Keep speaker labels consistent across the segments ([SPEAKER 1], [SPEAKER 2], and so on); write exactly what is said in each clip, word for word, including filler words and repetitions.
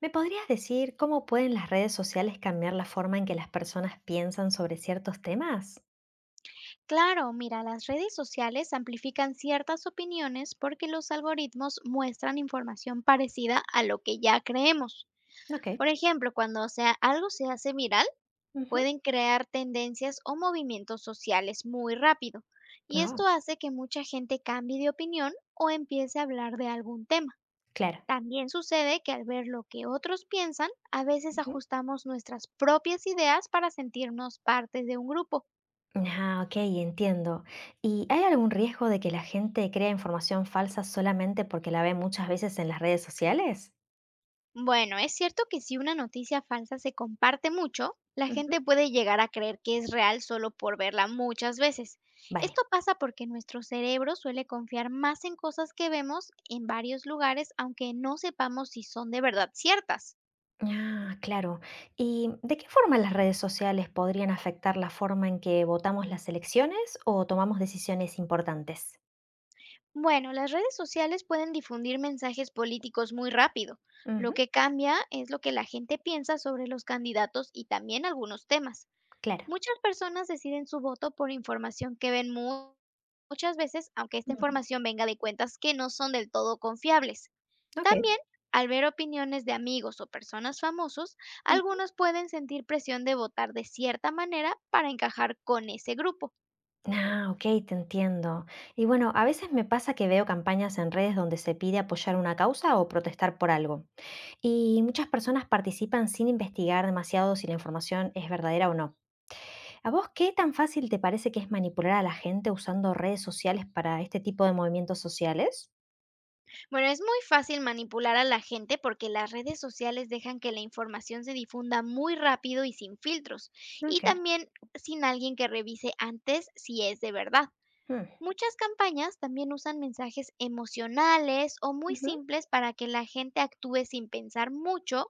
[SPEAKER 1] ¿Me podrías decir cómo pueden las redes sociales cambiar la forma en que las personas piensan sobre ciertos temas?
[SPEAKER 2] Claro, mira, las redes sociales amplifican ciertas opiniones porque los algoritmos muestran información parecida a lo que ya creemos.
[SPEAKER 1] Ok.
[SPEAKER 2] Por ejemplo, cuando o sea, algo se hace viral,
[SPEAKER 1] Ujú.
[SPEAKER 2] pueden crear tendencias o movimientos sociales muy rápido, y
[SPEAKER 1] No,
[SPEAKER 2] esto hace que mucha gente cambie de opinión o empiece a hablar de algún tema.
[SPEAKER 1] claro.
[SPEAKER 2] También sucede que al ver lo que otros piensan, a veces
[SPEAKER 1] Ujú.
[SPEAKER 2] ajustamos nuestras propias ideas para sentirnos parte de un grupo.
[SPEAKER 1] Ah, ok, entiendo. ¿Y hay algún riesgo de que la gente crea información falsa solamente porque la ve muchas veces en las redes sociales?
[SPEAKER 2] Bueno, es cierto que si una noticia falsa se comparte mucho, la gente
[SPEAKER 1] Ujú.
[SPEAKER 2] puede llegar a creer que es real solo por verla muchas veces. Esto
[SPEAKER 1] Vale.
[SPEAKER 2] pasa porque nuestro cerebro suele confiar más en cosas que vemos en varios lugares, aunque no sepamos si son de verdad ciertas.
[SPEAKER 1] Ah, claro. ¿Y de qué forma las redes sociales podrían afectar la forma en que votamos las elecciones o tomamos decisiones importantes?
[SPEAKER 2] Bueno, las redes sociales pueden difundir mensajes políticos muy rápido. Lo
[SPEAKER 1] Ujú.
[SPEAKER 2] que cambia es lo que la gente piensa sobre los candidatos y también algunos temas.
[SPEAKER 1] Claro.
[SPEAKER 2] Muchas personas deciden su voto por información que ven mu- muchas veces, aunque esta
[SPEAKER 1] Ujú.
[SPEAKER 2] información venga de cuentas que no son del todo confiables.
[SPEAKER 1] Ok.
[SPEAKER 2] También, al ver opiniones de amigos o personas famosos, algunos pueden sentir presión de votar de cierta manera para encajar con ese grupo.
[SPEAKER 1] Ah, ok, te entiendo. Y bueno, a veces me pasa que veo campañas en redes donde se pide apoyar una causa o protestar por algo. Y muchas personas participan sin investigar demasiado si la información es verdadera o no. ¿A vos qué tan fácil te parece que es manipular a la gente usando redes sociales para este tipo de movimientos sociales?
[SPEAKER 2] Bueno, es muy fácil manipular a la gente porque las redes sociales dejan que la información se difunda muy rápido y sin filtros, y
[SPEAKER 1] Ok.
[SPEAKER 2] también sin alguien que revise antes si es de verdad.
[SPEAKER 1] Mm.
[SPEAKER 2] Muchas campañas también usan mensajes emocionales o muy
[SPEAKER 1] Ujú.
[SPEAKER 2] simples para que la gente actúe sin pensar mucho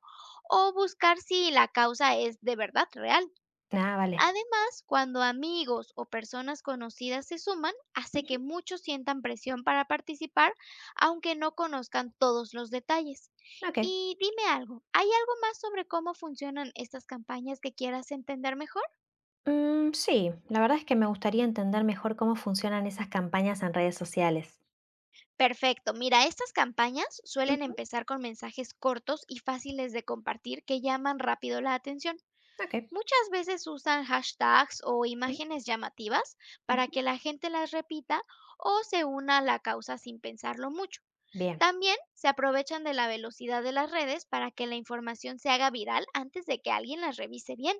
[SPEAKER 2] o buscar si la causa es de verdad real.
[SPEAKER 1] Ah, vale.
[SPEAKER 2] Además, cuando amigos o personas conocidas se suman, hace que
[SPEAKER 1] Ujú.
[SPEAKER 2] muchos sientan presión para participar, aunque no conozcan todos los detalles.
[SPEAKER 1] Ok.
[SPEAKER 2] Y dime algo, ¿hay algo más sobre cómo funcionan estas campañas que quieras entender mejor?
[SPEAKER 1] Mm, sí, la verdad es que me gustaría entender mejor cómo funcionan esas campañas en redes sociales.
[SPEAKER 2] Perfecto. Mira, estas campañas suelen
[SPEAKER 1] Ujú.
[SPEAKER 2] empezar con mensajes cortos y fáciles de compartir que llaman rápido la atención.
[SPEAKER 1] Ok.
[SPEAKER 2] Muchas veces usan hashtags o
[SPEAKER 1] Mm,
[SPEAKER 2] imágenes llamativas para
[SPEAKER 1] ujú.
[SPEAKER 2] que la gente las repita o se una a la causa sin pensarlo mucho.
[SPEAKER 1] Bien.
[SPEAKER 2] También se aprovechan de la velocidad de las redes para que la información se haga viral antes de que alguien las revise bien.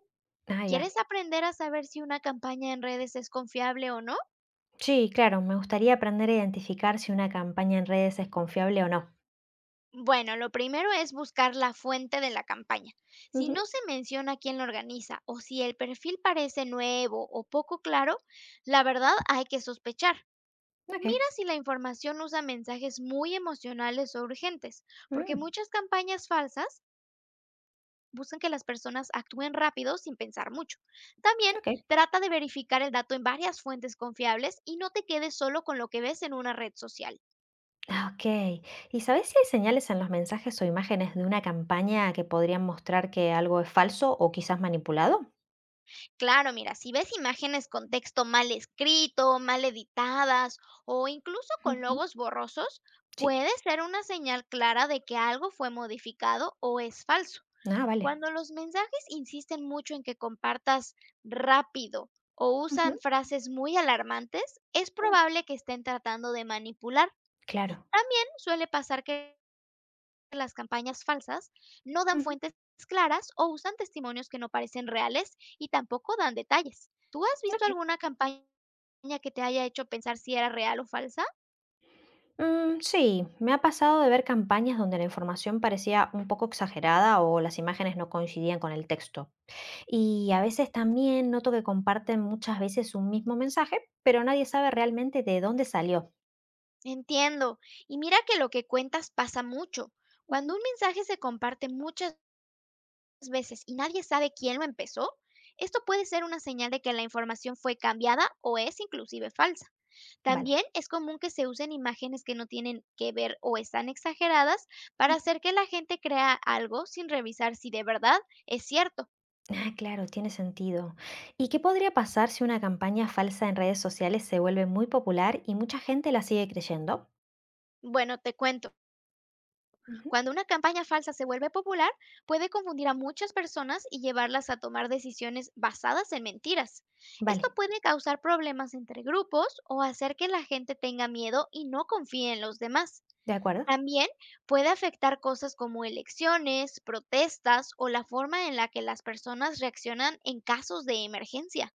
[SPEAKER 1] Ah, ya.
[SPEAKER 2] ¿Quieres aprender a saber si una campaña en redes es confiable o no?
[SPEAKER 1] Sí, claro, me gustaría aprender a identificar si una campaña en redes es confiable o no.
[SPEAKER 2] Bueno, lo primero es buscar la fuente de la campaña. Si
[SPEAKER 1] Ujú,
[SPEAKER 2] no se menciona quién la organiza o si el perfil parece nuevo o poco claro, la verdad hay que sospechar.
[SPEAKER 1] ok.
[SPEAKER 2] Mira si la información usa mensajes muy emocionales o urgentes, porque
[SPEAKER 1] Mm,
[SPEAKER 2] muchas campañas falsas buscan que las personas actúen rápido sin pensar mucho. También
[SPEAKER 1] ok.
[SPEAKER 2] trata de verificar el dato en varias fuentes confiables y no te quedes solo con lo que ves en una red social.
[SPEAKER 1] Ah, ok. ¿Y sabes si hay señales en los mensajes o imágenes de una campaña que podrían mostrar que algo es falso o quizás manipulado?
[SPEAKER 2] Claro, mira, si ves imágenes con texto mal escrito, mal editadas o incluso con
[SPEAKER 1] Ujú,
[SPEAKER 2] logos borrosos,
[SPEAKER 1] sí.
[SPEAKER 2] puede ser una señal clara de que algo fue modificado o es falso.
[SPEAKER 1] Ah, vale.
[SPEAKER 2] Cuando los mensajes insisten mucho en que compartas rápido o
[SPEAKER 1] Ujú,
[SPEAKER 2] usan frases muy alarmantes, es
[SPEAKER 1] mm,
[SPEAKER 2] probable que estén tratando de manipular.
[SPEAKER 1] claro.
[SPEAKER 2] También suele pasar que las campañas falsas no dan
[SPEAKER 1] Ujú,
[SPEAKER 2] fuentes claras o usan testimonios que no parecen reales y tampoco dan detalles. ¿Tú has visto
[SPEAKER 1] ok.
[SPEAKER 2] alguna campaña que te haya hecho pensar si era real o falsa?
[SPEAKER 1] Mm, sí, me ha pasado de ver campañas donde la información parecía un poco exagerada o las imágenes no coincidían con el texto. Y a veces también noto que comparten muchas veces un mismo mensaje, pero nadie sabe realmente de dónde salió.
[SPEAKER 2] Entiendo. Y mira que lo que cuentas pasa mucho.
[SPEAKER 1] Ujú,
[SPEAKER 2] Cuando un mensaje se comparte muchas veces y nadie sabe quién lo empezó, esto puede ser una señal de que la información fue cambiada o es inclusive falsa.
[SPEAKER 1] vale.
[SPEAKER 2] También es común que se usen imágenes que no tienen que ver o están exageradas para
[SPEAKER 1] Ujú.
[SPEAKER 2] hacer que la gente crea algo sin revisar si de verdad es cierto.
[SPEAKER 1] Ah, claro, tiene sentido. ¿Y qué podría pasar si una campaña falsa en redes sociales se vuelve muy popular y mucha gente la sigue creyendo?
[SPEAKER 2] Bueno, te cuento,
[SPEAKER 1] Ujú.
[SPEAKER 2] cuando una campaña falsa se vuelve popular, puede confundir a muchas personas y llevarlas a tomar decisiones basadas en mentiras. Esto
[SPEAKER 1] Vale,
[SPEAKER 2] puede causar problemas entre grupos o hacer que la gente tenga miedo y no confíe en los demás.
[SPEAKER 1] ¿de acuerdo?
[SPEAKER 2] También puede afectar cosas como elecciones, protestas o la forma en la que las personas reaccionan en casos de emergencia.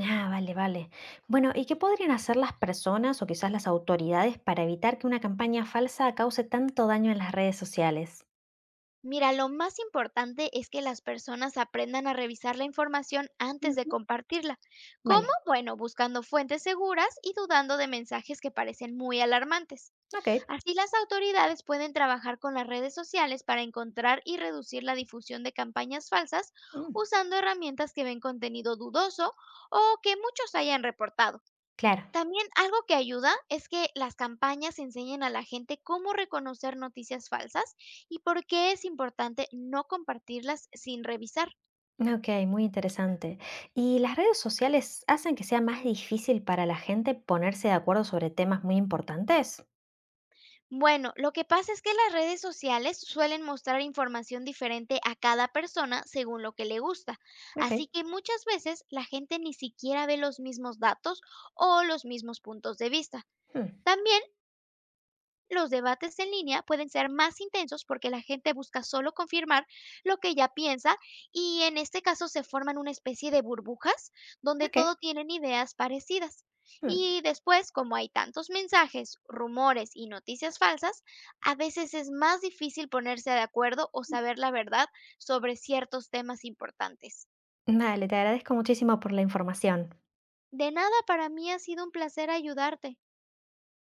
[SPEAKER 1] Ah, vale, vale. Bueno, ¿y qué podrían hacer las personas o quizás las autoridades para evitar que una campaña falsa cause tanto daño en las redes sociales?
[SPEAKER 2] Mira, lo más importante es que las personas aprendan a revisar la información antes de
[SPEAKER 1] Ujú.
[SPEAKER 2] compartirla. ¿Cómo?
[SPEAKER 1] Vale,
[SPEAKER 2] Bueno, buscando fuentes seguras y dudando de mensajes que parecen muy alarmantes.
[SPEAKER 1] ok.
[SPEAKER 2] Así las autoridades pueden trabajar con las redes sociales para encontrar y reducir la difusión de campañas falsas
[SPEAKER 1] Mm,
[SPEAKER 2] usando herramientas que ven contenido dudoso o que muchos hayan reportado.
[SPEAKER 1] claro.
[SPEAKER 2] También algo que ayuda es que las campañas enseñen a la gente cómo reconocer noticias falsas y por qué es importante no compartirlas sin revisar.
[SPEAKER 1] Okey, muy interesante. ¿Y las redes sociales hacen que sea más difícil para la gente ponerse de acuerdo sobre temas muy importantes?
[SPEAKER 2] Bueno, lo que pasa es que las redes sociales suelen mostrar información diferente a cada persona según lo que le gusta,
[SPEAKER 1] Okey,
[SPEAKER 2] así que muchas veces la gente ni siquiera ve los mismos datos o los mismos puntos de vista.
[SPEAKER 1] mm,
[SPEAKER 2] También los debates en línea pueden ser más intensos porque la gente busca solo confirmar lo que ya piensa y en este caso se forman una especie de burbujas donde
[SPEAKER 1] okey,
[SPEAKER 2] todos tienen ideas parecidas.
[SPEAKER 1] mm.
[SPEAKER 2] Y después, como hay tantos mensajes, rumores y noticias falsas, a veces es más difícil ponerse de acuerdo o saber la verdad sobre ciertos temas importantes.
[SPEAKER 1] Vale, te agradezco muchísimo por la información.
[SPEAKER 2] De nada, para mí ha sido un placer ayudarte.